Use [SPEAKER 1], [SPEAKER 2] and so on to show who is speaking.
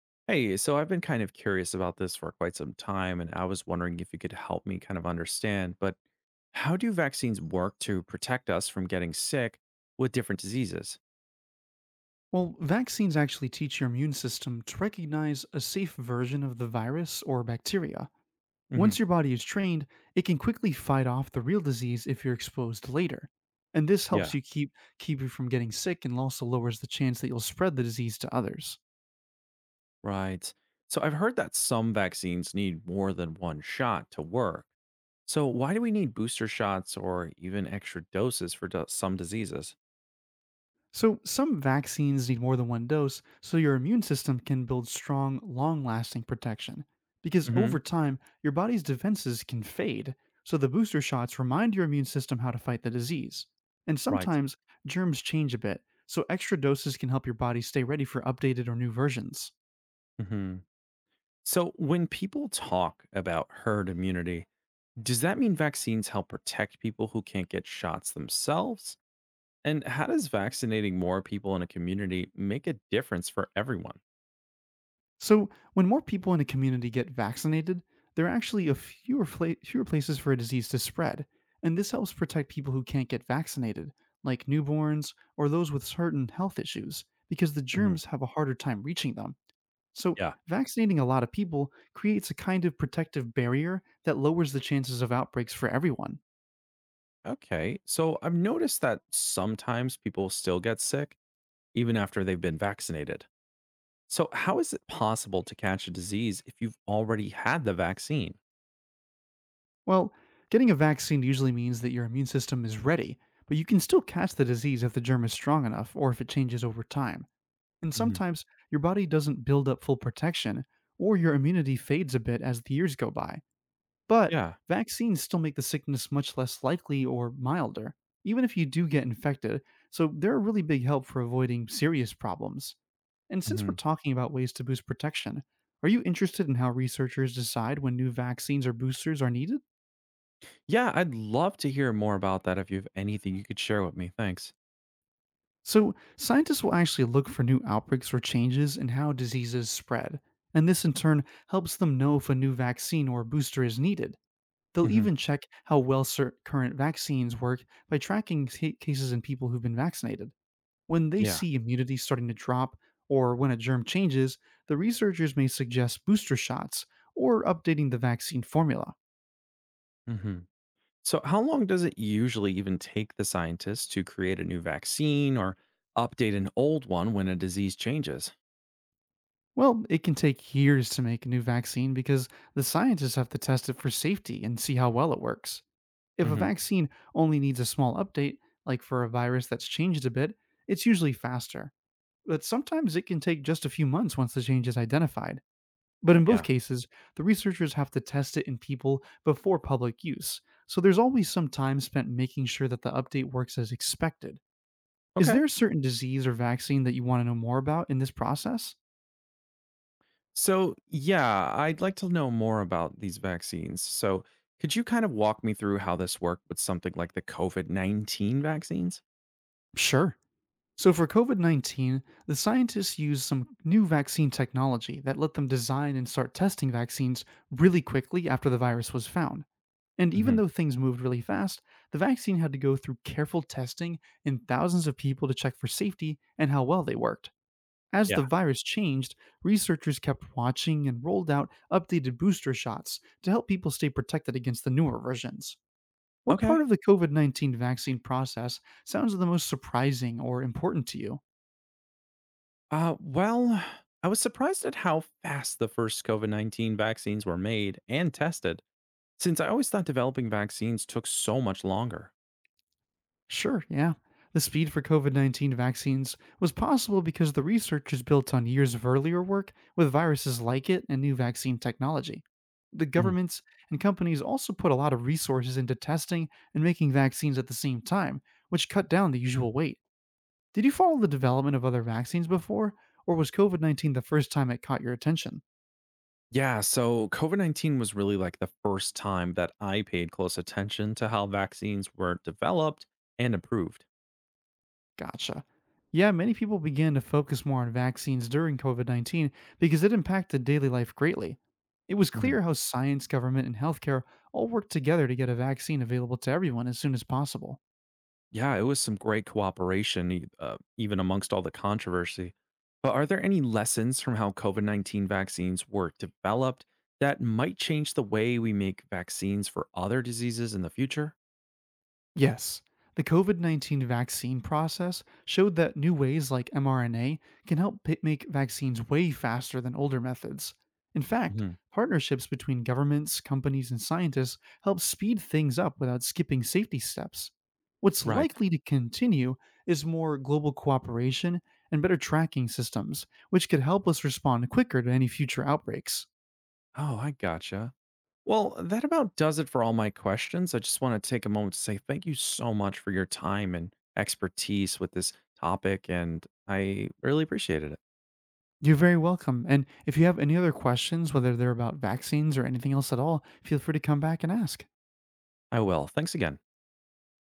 [SPEAKER 1] Hey, so I've been kind of curious about this for quite some time, and I was wondering if you could help me understand. But How do vaccines work to protect us from getting sick with different diseases?
[SPEAKER 2] Well, vaccines actually teach your immune system to recognize a safe version of the virus or bacteria.
[SPEAKER 1] Hmm.
[SPEAKER 2] Once your body is trained, it can quickly fight off the real disease if you're exposed later. And this helps
[SPEAKER 1] Yeah,
[SPEAKER 2] you keep you from getting sick and also lowers the chance that you'll spread the disease to others.
[SPEAKER 1] right. So I've heard that some vaccines need more than one shot to work. So why do we need booster shots or even extra doses for some diseases?
[SPEAKER 2] So, some vaccines need more than one dose so your immune system can build strong, long lasting protection. Because
[SPEAKER 1] Hmm.
[SPEAKER 2] over time, your body's defenses can fade, so the booster shots remind your immune system how to fight the disease. And
[SPEAKER 1] Right.
[SPEAKER 2] sometimes germs change a bit, so extra doses can help your body stay ready for updated or new versions.
[SPEAKER 1] Hmm. So when people talk about herd immunity, does that mean vaccines help protect people who can't get shots themselves? And how does vaccinating more people in a community make a difference for everyone?
[SPEAKER 2] So, when more people in a community get vaccinated, there are actually fewer places for a disease to spread, and this helps protect people who can't get vaccinated, like newborns or those with certain health issues, because the
[SPEAKER 1] Hmm.
[SPEAKER 2] germs have a harder time reaching them. So,
[SPEAKER 1] Yeah.
[SPEAKER 2] vaccinating a lot of people creates a kind of protective barrier that lowers the chances of outbreaks for everyone.
[SPEAKER 1] Okay, so I've noticed that sometimes people still get sick even after they've been vaccinated. So, how is it possible to catch a disease if you've already had the vaccine?
[SPEAKER 2] Well, getting a vaccine usually means that your immune system is ready, but you can still catch the disease if the germ is strong enough or if it changes over time. And
[SPEAKER 1] Hmm.
[SPEAKER 2] sometimes your body doesn't build up full protection, or your immunity fades a bit as the years go by. But
[SPEAKER 1] Yeah.
[SPEAKER 2] vaccines still make the sickness much less likely or milder, even if you do get infected, so they're a really big help for avoiding serious problems. And since
[SPEAKER 1] Hmm.
[SPEAKER 2] we're talking about ways to boost protection, are you interested in how researchers decide when new vaccines or boosters are needed?
[SPEAKER 1] Yeah, I'd love to hear more about that if you have anything you could share with me. Thanks.
[SPEAKER 2] So, scientists will actually look for new outbreaks or changes in how diseases spread, and this in turn helps them know if a new vaccine or booster is needed. They'll
[SPEAKER 1] Hmm.
[SPEAKER 2] even check how well current vaccines work by tracking cases in people who've been vaccinated. When they
[SPEAKER 1] Yeah.
[SPEAKER 2] see immunity starting to drop or when a germ changes, the researchers may suggest booster shots or updating the vaccine formula.
[SPEAKER 1] Hmm. So, how long does it usually even take the scientists to create a new vaccine or update an old one when a disease changes?
[SPEAKER 2] Well, it can take years to make a new vaccine because the scientists have to test it for safety and see how well it works. If a
[SPEAKER 1] Hmm.
[SPEAKER 2] vaccine only needs a small update, like for a virus that's changed a bit, it's usually faster. But sometimes it can take just a few months once the change is identified. But in both
[SPEAKER 1] Yeah.
[SPEAKER 2] cases, the researchers have to test it in people before public use, so there's always some time spent making sure that the update works as expected. Is
[SPEAKER 1] Okay.
[SPEAKER 2] there a certain disease or vaccine that you want to know more about in this process?
[SPEAKER 1] So, yeah, I'd like to know more about these vaccines. So, could you walk me through how this worked with something like the COVID 19 vaccines?
[SPEAKER 2] Sure. So, for COVID COVID-19, the scientists used some new vaccine technology that let them design and start testing vaccines really quickly after the virus was found. And even
[SPEAKER 1] Hmm.
[SPEAKER 2] though things moved really fast, the vaccine had to go through careful testing in thousands of people to check for safety and how well they worked. As the
[SPEAKER 1] Yeah.
[SPEAKER 2] virus changed, researchers kept watching and rolled out updated booster shots to help people stay protected against the newer versions. What
[SPEAKER 1] Okay.
[SPEAKER 2] part of the COVID COVID-19 vaccine process sounds the most surprising or important to you?
[SPEAKER 1] Well, I was surprised at how fast the first COVID 19 vaccines were made and tested, since I always thought developing vaccines took so much longer.
[SPEAKER 2] Sure, yeah. The speed for COVID COVID-19 vaccines was possible because the research is built on years of earlier work with viruses like it and new vaccine technology. The governments and companies also put a lot of resources into testing and making vaccines at the same time, which cut down the usual wait. Did you follow the development of other vaccines before, or was COVID COVID-19 the first time it caught your attention?
[SPEAKER 1] Yeah, so COVID-19 was really the first time that I paid close attention to how vaccines were developed and approved.
[SPEAKER 2] Gotcha. Yeah, many people began to focus more on vaccines during COVID COVID-19 because it impacted daily life greatly. It was
[SPEAKER 1] Mhm.
[SPEAKER 2] clear how science, government, and healthcare all worked together to get a vaccine available to everyone as soon as possible.
[SPEAKER 1] Yeah, it was some great cooperation, even amongst all the controversy. But are there any lessons from how COVID-19 vaccines were developed that might change the way we make vaccines for other diseases in the future?
[SPEAKER 2] Yes, the COVID COVID-19 vaccine process showed that new ways like mRNA can help make vaccines way faster than older methods. In fact,
[SPEAKER 1] Mhm.
[SPEAKER 2] partnerships between governments, companies, and scientists help speed things up without skipping safety steps. What's
[SPEAKER 1] Right.
[SPEAKER 2] likely to continue is more global cooperation and better tracking systems, which could help us respond quicker to any future outbreaks.
[SPEAKER 1] Oh, I gotcha. Well, that about does it for all my questions. I just want to take a moment to say thank you so much for your time and expertise with this topic, and I really appreciated it.
[SPEAKER 2] You're very welcome. And if you have any other questions, whether they're about vaccines or anything else at all, feel free to come back and ask.
[SPEAKER 1] I will. Thanks again.